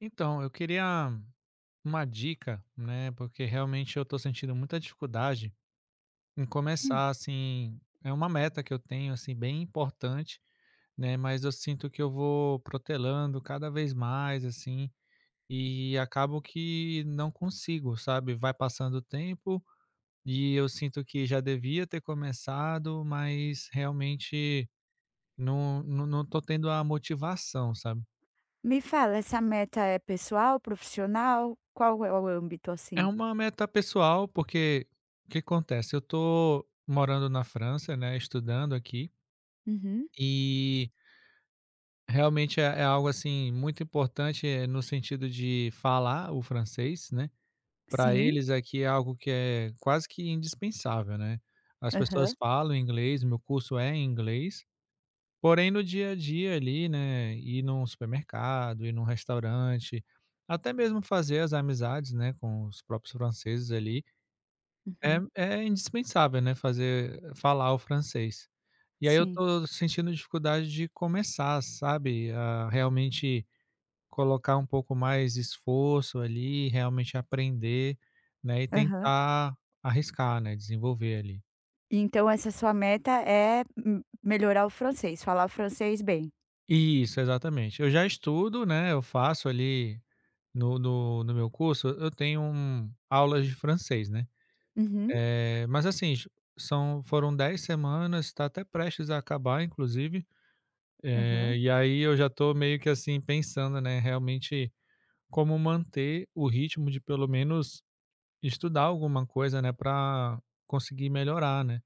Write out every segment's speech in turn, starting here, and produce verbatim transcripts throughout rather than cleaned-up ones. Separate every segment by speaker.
Speaker 1: Então, eu queria uma dica, né? Porque realmente eu tô sentindo muita dificuldade em
Speaker 2: Hum.
Speaker 1: começar, assim, é uma meta que eu tenho, assim, bem importante, né? Mas eu sinto que eu vou protelando cada vez mais, assim, e acabo que não consigo, sabe? Vai passando o tempo e eu sinto que já devia ter começado, mas realmente não, não, não tô tendo a motivação, sabe?
Speaker 2: Me fala, essa meta é pessoal, profissional? Qual é o âmbito,
Speaker 1: É
Speaker 2: assim?
Speaker 1: uma meta pessoal, porque o que acontece? Eu tô morando na França, né, estudando aqui,
Speaker 2: Uhum.
Speaker 1: e realmente é é algo, assim, muito importante, eh, no sentido de falar o francês, né. Para
Speaker 2: Sim.
Speaker 1: eles aqui é algo que é quase que indispensável, né. As pessoas
Speaker 2: Aham.
Speaker 1: falam inglês, meu curso é em inglês, porém no dia a dia ali, né, ir num supermercado, ir num restaurante, até mesmo fazer as amizades, né, com os próprios franceses ali. É
Speaker 2: Uhum.
Speaker 1: é indispensável, né, fazer falar o francês. E aí eu
Speaker 2: Sim.
Speaker 1: tô sentindo dificuldade de começar, sabe, a realmente colocar um pouco mais de esforço ali, realmente aprender, né, e
Speaker 2: Aham.
Speaker 1: tentar arriscar, né, desenvolver ali.
Speaker 2: Então essa sua meta é m melhorar o francês, falar o francês bem?
Speaker 1: Isso, exatamente. Eu já estudo, né, eu faço ali no no no meu curso, eu tenho um aulas de francês, né.
Speaker 2: Uhum.
Speaker 1: Eh, mas assim, j- são foram dez semanas. Está até prestes a acabar inclusive.
Speaker 2: Aham.
Speaker 1: É, e aí eu já tô meio que assim pensando, né, realmente como manter o ritmo de pelo menos estudar alguma coisa, né, para conseguir melhorar, né,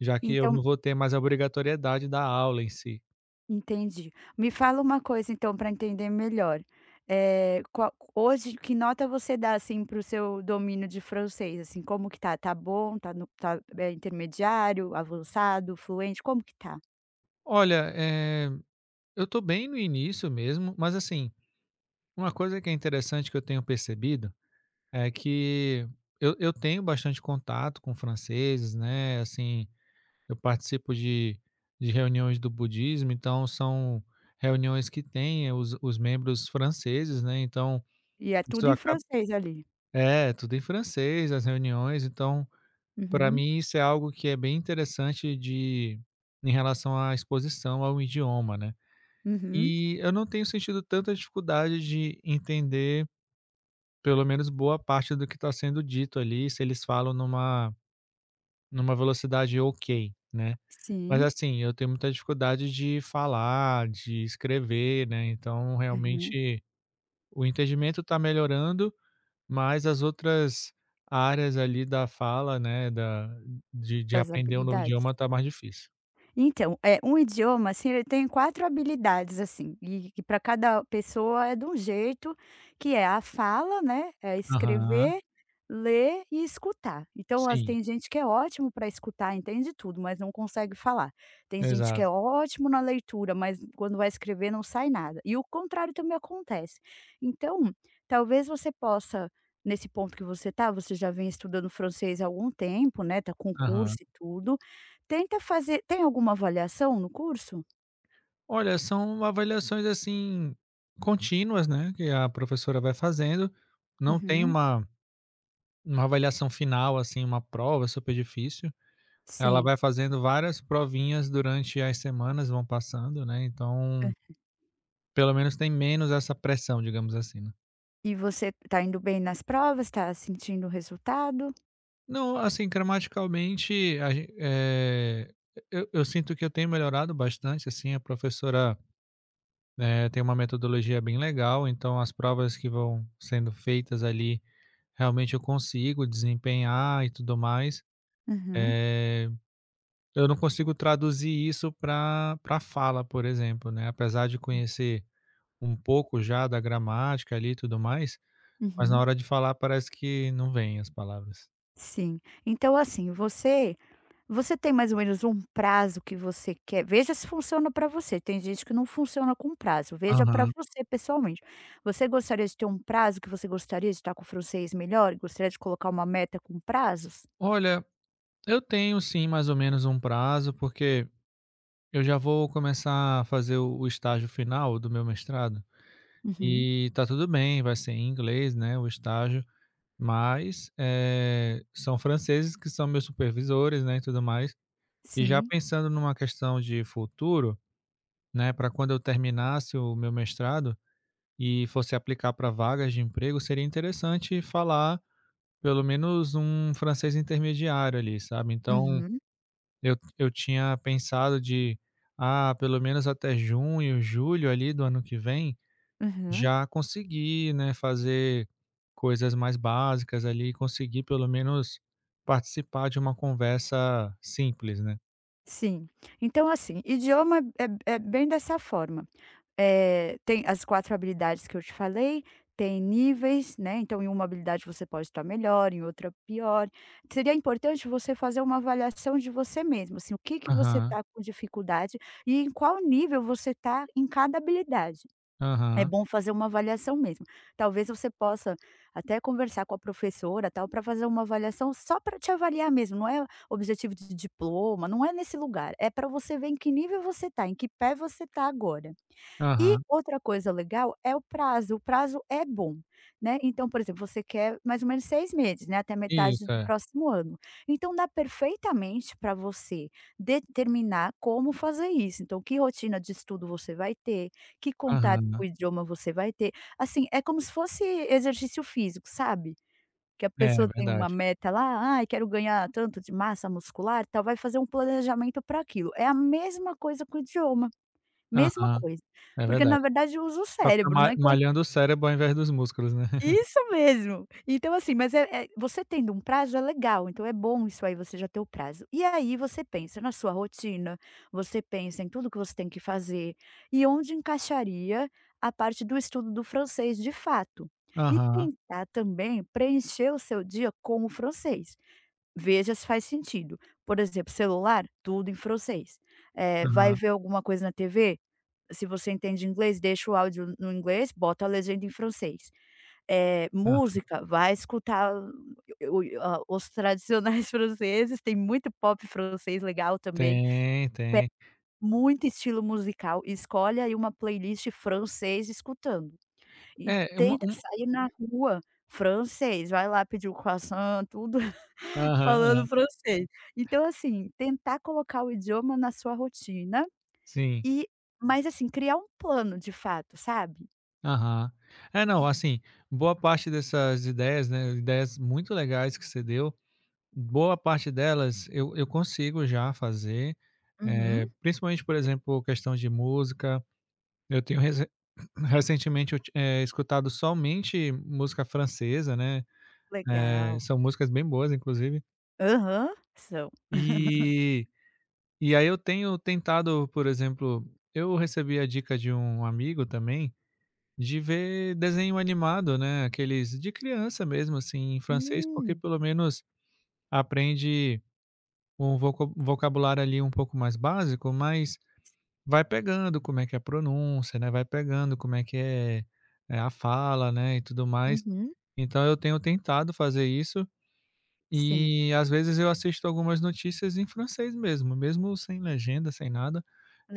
Speaker 1: já que eu
Speaker 2: Então,
Speaker 1: não vou ter mais a obrigatoriedade da aula em si.
Speaker 2: entendi. Me fala uma coisa então para entender melhor, eh, qual hoje que nota você dá, assim, para o seu domínio de francês, assim, como que tá? Tá bom? Tá no tá, eh, intermediário, avançado, fluente, como que tá?
Speaker 1: Olha, eh, eu tô bem no início mesmo, mas assim, uma coisa que é interessante que eu tenho percebido é que eu, eu tenho bastante contato com franceses, né, assim. Eu participo de de reuniões do budismo, então são reuniões que têm os os membros franceses, né, então
Speaker 2: E é
Speaker 1: isso
Speaker 2: tudo em
Speaker 1: acaba
Speaker 2: francês ali.
Speaker 1: é, tudo em francês, as reuniões, então para
Speaker 2: Uhum,
Speaker 1: mim isso é algo que é bem interessante de em relação à exposição ao idioma, né.
Speaker 2: uhum.
Speaker 1: E eu não tenho sentido tanta dificuldade de entender, pelo menos boa parte do que está sendo dito ali, se eles falam numa numa velocidade ok, né. Mas
Speaker 2: Sim.
Speaker 1: assim, eu tenho muita dificuldade de falar, de escrever, né, então
Speaker 2: Aham.
Speaker 1: realmente o entendimento está melhorando, mas as outras áreas ali da fala, né, da de de
Speaker 2: Das
Speaker 1: aprender um novo
Speaker 2: habilidades.
Speaker 1: idioma está mais difícil.
Speaker 2: Então, é um idioma, assim, ele tem quatro habilidades, assim, e e pra cada pessoa é de um jeito, que é a fala, né, é
Speaker 1: Aham,
Speaker 2: escrever, ler e escutar. Então, as
Speaker 1: sim,
Speaker 2: tem gente que é ótimo para escutar, entende tudo, mas não consegue falar. Tem gente que é
Speaker 1: exato.
Speaker 2: ótimo na leitura, mas quando vai escrever não sai nada. E o contrário também acontece. Então, talvez você possa, nesse ponto que você tá, você já vem estudando francês há algum tempo, né, tá com curso
Speaker 1: Aham.
Speaker 2: e tudo. Tenta fazer, tem alguma avaliação no curso?
Speaker 1: Olha, são avaliações, assim, contínuas, né, que a professora vai fazendo, não tem
Speaker 2: Uhum.
Speaker 1: uma uma avaliação final, assim, uma prova super difícil. Ela
Speaker 2: Sim.
Speaker 1: vai fazendo várias provinhas durante as semanas, vão passando, né, então,
Speaker 2: Hã.
Speaker 1: pelo menos tem menos essa pressão, digamos assim, né.
Speaker 2: E você tá indo bem nas provas? Tá sentindo o resultado?
Speaker 1: Não, assim, gramaticalmente a gen eh, eu eu sinto que eu tenho melhorado bastante, assim, a professora, eh, tem uma metodologia bem legal, então as provas que vão sendo feitas ali, realmente eu consigo desempenhar e tudo mais.
Speaker 2: Uhum.
Speaker 1: Eh, eu não consigo traduzir isso para para fala, por exemplo, né, apesar de
Speaker 2: Hum.
Speaker 1: conhecer um pouco já da gramática ali e tudo mais, mas na
Speaker 2: Uhum.
Speaker 1: hora de falar parece que não vem as palavras.
Speaker 2: Sim. Então, assim, você você tem mais ou menos um prazo que você quer, veja se funciona para você, tem gente que não funciona com prazo, veja para
Speaker 1: Aham.
Speaker 2: você pessoalmente. Você gostaria de ter um prazo que você gostaria de estar com o francês melhor? Gostaria de colocar uma meta com prazos?
Speaker 1: Olha, eu tenho sim mais ou menos um prazo, porque eu já vou começar a fazer o o estágio final do meu mestrado,
Speaker 2: Uhum.
Speaker 1: e tá tudo bem, vai ser em inglês, né, o estágio, mas, eh, são franceses que são meus supervisores, né, e tudo mais. E já
Speaker 2: Sim.
Speaker 1: pensando numa questão de futuro, né, para quando eu terminasse o meu mestrado e fosse aplicar para vagas de emprego, seria interessante falar pelo menos um francês intermediário ali, sabe. Então
Speaker 2: Uhum.
Speaker 1: eu eu tinha pensado de, ah, pelo menos até junho, julho ali do ano que vem,
Speaker 2: Aham.
Speaker 1: já conseguir, né, fazer coisas mais básicas ali, conseguir pelo menos participar de uma conversa simples, né.
Speaker 2: Sim. Então, assim, idioma é é bem dessa forma, eh, tem as quatro habilidades que eu te falei, tem níveis, né, então em uma habilidade você pode estar melhor, em outra pior. Seria importante você fazer uma avaliação de você mesmo, assim, o que que você
Speaker 1: Aham,
Speaker 2: está com dificuldade e em qual nível você está em cada habilidade. É
Speaker 1: aham,
Speaker 2: bom fazer uma avaliação mesmo. Talvez você possa até conversar com a professora, tal, para fazer uma avaliação só para te avaliar mesmo, não é objetivo de diploma, não é nesse lugar, é para você ver em que nível você está, em que pé você está agora. E
Speaker 1: aham.
Speaker 2: outra coisa legal é o prazo, o prazo é bom, né, então, por exemplo, você quer mais ou menos seis meses, né, até metade
Speaker 1: Isso,
Speaker 2: do
Speaker 1: é.
Speaker 2: próximo ano. Então dá perfeitamente para você determinar como fazer isso, então que rotina de estudo você vai ter, que contato com o
Speaker 1: Aham.
Speaker 2: idioma você vai ter, assim, é como se fosse exercício físico, sabe, que a
Speaker 1: É,
Speaker 2: pessoa tem uma
Speaker 1: verdade.
Speaker 2: meta lá: ah, quero ganhar tanto de massa muscular", tal, vai fazer um planejamento para aquilo, é a mesma coisa com o idioma. Mesma
Speaker 1: Aham,
Speaker 2: coisa,
Speaker 1: é
Speaker 2: porque
Speaker 1: verdade.
Speaker 2: na verdade eu uso o
Speaker 1: Só que tá
Speaker 2: cérebro,
Speaker 1: ma
Speaker 2: né, que eu
Speaker 1: malhando o cérebro ao invés dos músculos, né.
Speaker 2: isso mesmo. Então assim, mas é é você tendo um prazo é legal, então é bom isso aí, você já ter o prazo. E aí você pensa na sua rotina, você pensa em tudo que você tem que fazer, e onde encaixaria a parte do estudo do francês de fato. E
Speaker 1: Aham,
Speaker 2: tentar também preencher o seu dia com o francês. Veja se faz sentido. Por exemplo, celular, tudo em francês. Eh, vai
Speaker 1: aham,
Speaker 2: ver alguma coisa na T V? Se você entende inglês, deixa o áudio no inglês, bota a legenda em francês. Eh,
Speaker 1: aham.
Speaker 2: música, vai escutar o o a os tradicionais franceses, tem muito pop francês legal também,
Speaker 1: Tem, tem.
Speaker 2: muito estilo musical. Escolhe aí uma playlist francês escutando. E
Speaker 1: É, uma
Speaker 2: tenta
Speaker 1: uma
Speaker 2: sair na rua, francês, vai lá pedir o croissant, tudo
Speaker 1: aham,
Speaker 2: falando
Speaker 1: é.
Speaker 2: francês. Então, assim, tentar colocar o idioma na sua rotina
Speaker 1: Sim,
Speaker 2: e mas, assim, criar um plano de fato, sabe?
Speaker 1: aham. É, não, assim, boa parte dessas ideias, né, ideias muito legais que você deu, boa parte delas eu eu consigo já fazer, eh,
Speaker 2: Uhum,
Speaker 1: principalmente, por exemplo, questão de música. Eu tenho rece recentemente eu ti eh, escutado somente música francesa, né, eh,
Speaker 2: legal.
Speaker 1: são músicas bem boas, inclusive.
Speaker 2: Aham, são.
Speaker 1: E E aí eu tenho tentado, por exemplo, eu recebi a dica de um amigo também, de ver desenho animado, né, aqueles de criança mesmo, assim, em francês, porque
Speaker 2: Hum.
Speaker 1: pelo menos aprende um voca vocabulário ali um pouco mais básico, mas vai pegando como é que é a pronúncia, né, vai pegando como é que é, eh, a fala, né, e tudo mais.
Speaker 2: Uhum.
Speaker 1: Então eu tenho tentado fazer isso
Speaker 2: Sim.
Speaker 1: e às vezes eu assisto algumas notícias em francês mesmo, mesmo sem legenda, sem nada.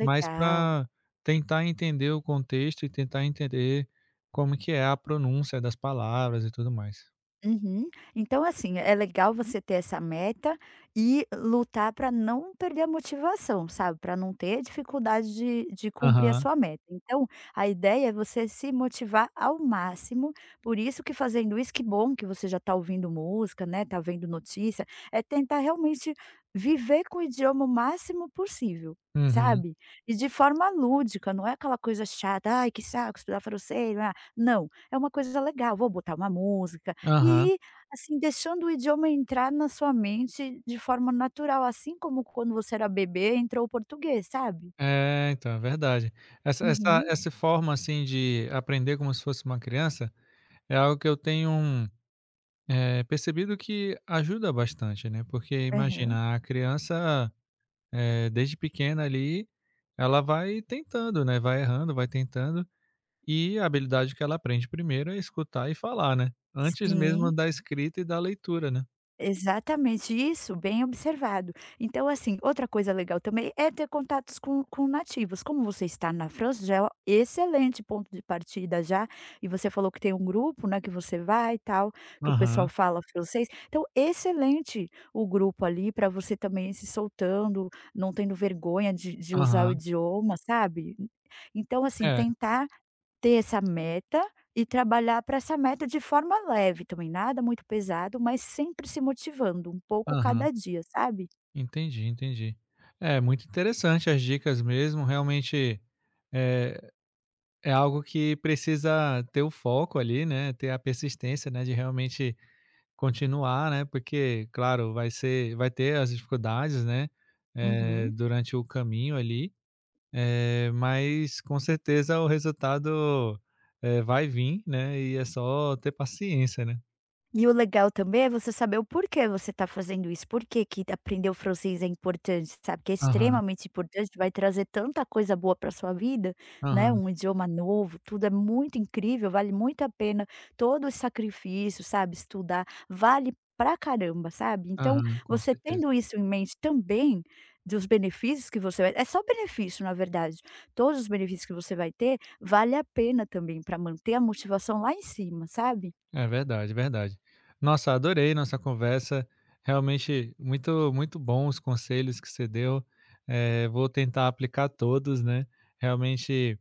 Speaker 1: Mas para tentar entender o contexto e tentar entender como que é a pronúncia das palavras e tudo mais.
Speaker 2: Uhum. Então, assim, é legal você ter essa meta e lutar para não perder a motivação, sabe? Para não ter dificuldade de, de cumprir a
Speaker 1: Aham,
Speaker 2: sua meta. Então, a ideia é você se motivar ao máximo. Por isso que fazendo isso, que bom que você já está ouvindo música, né? Tá vendo notícia. É tentar realmente viver com o idioma o máximo possível.
Speaker 1: uhum,
Speaker 2: Sabe? E de forma lúdica, não é aquela coisa chata, ai que saco, estudar francês, ah", não, é uma coisa legal. Vou botar uma música,
Speaker 1: aham.
Speaker 2: e, assim, deixando o idioma entrar na sua mente de forma natural, assim como quando você era bebê entrou o português, sabe?
Speaker 1: É, então, é verdade. Essa essa
Speaker 2: Uhum.
Speaker 1: essa forma, assim, de aprender como se fosse uma criança, é algo que eu tenho, um, eh, percebido que ajuda bastante, né, porque
Speaker 2: Aham.
Speaker 1: imagina, a criança, eh, desde pequena ali, ela vai tentando, né, vai errando, vai tentando. E a habilidade que ela aprende primeiro é escutar e falar, né, antes mesmo
Speaker 2: Sim.
Speaker 1: da escrita e da leitura, né.
Speaker 2: Exatamente, isso, bem observado. Então, assim, outra coisa legal também é ter contatos com, com nativos. Como você está na França, já é um excelente ponto de partida já. E você falou que tem um grupo, né, que você vai e tal, que o pessoal
Speaker 1: Aham,
Speaker 2: fala francês. Então, excelente o grupo ali para você também ir se soltando, não tendo vergonha de, de usar o
Speaker 1: aham.
Speaker 2: idioma, sabe? Então, assim,
Speaker 1: É,
Speaker 2: tentar ter essa meta e trabalhar para essa meta de forma leve também, nada muito pesado, mas sempre se motivando, um pouco
Speaker 1: aham.
Speaker 2: cada dia, sabe?
Speaker 1: Entendi, entendi. É, muito interessante as dicas mesmo, realmente, eh, é algo que precisa ter o foco ali, né, ter a persistência, né, de realmente continuar, né, porque, claro, vai ser vai ter as dificuldades, né, eh,
Speaker 2: Uhum.
Speaker 1: durante o caminho ali. Eh, mas com certeza o resultado, eh, vai vir, né, e é só ter paciência, né.
Speaker 2: E o legal também é você saber o porquê você está fazendo isso, por que que aprender o francês é importante, sabe, que é
Speaker 1: Aham,
Speaker 2: extremamente importante, vai trazer tanta coisa boa para sua vida, né,
Speaker 1: aham,
Speaker 2: um idioma novo, tudo é muito incrível, vale muito a pena todo o sacrifício, sabe, estudar, vale pra caramba, sabe. Então,
Speaker 1: aham, com
Speaker 2: você
Speaker 1: certeza.
Speaker 2: tendo isso em mente também, dos benefícios que você vai é só benefício na verdade, todos os benefícios que você vai ter, vale a pena também para manter a motivação lá em cima, sabe.
Speaker 1: É verdade, verdade. Nossa, adorei nossa conversa, realmente muito muito bom os conselhos que você deu, eh, vou tentar aplicar todos, né, realmente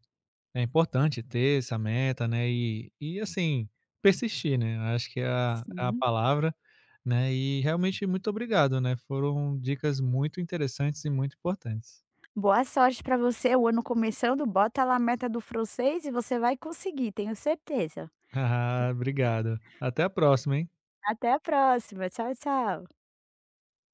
Speaker 1: é importante ter essa meta, né, e e assim, persistir, né, acho que é a é a
Speaker 2: Sim.
Speaker 1: palavra, né, e realmente muito obrigado, né, foram dicas muito interessantes e muito importantes.
Speaker 2: Boa sorte para você, o ano começando, bota lá a meta do francês e você vai conseguir, tenho certeza.
Speaker 1: Ah, obrigado. Até a próxima, hein.
Speaker 2: Até a próxima, tchau, tchau.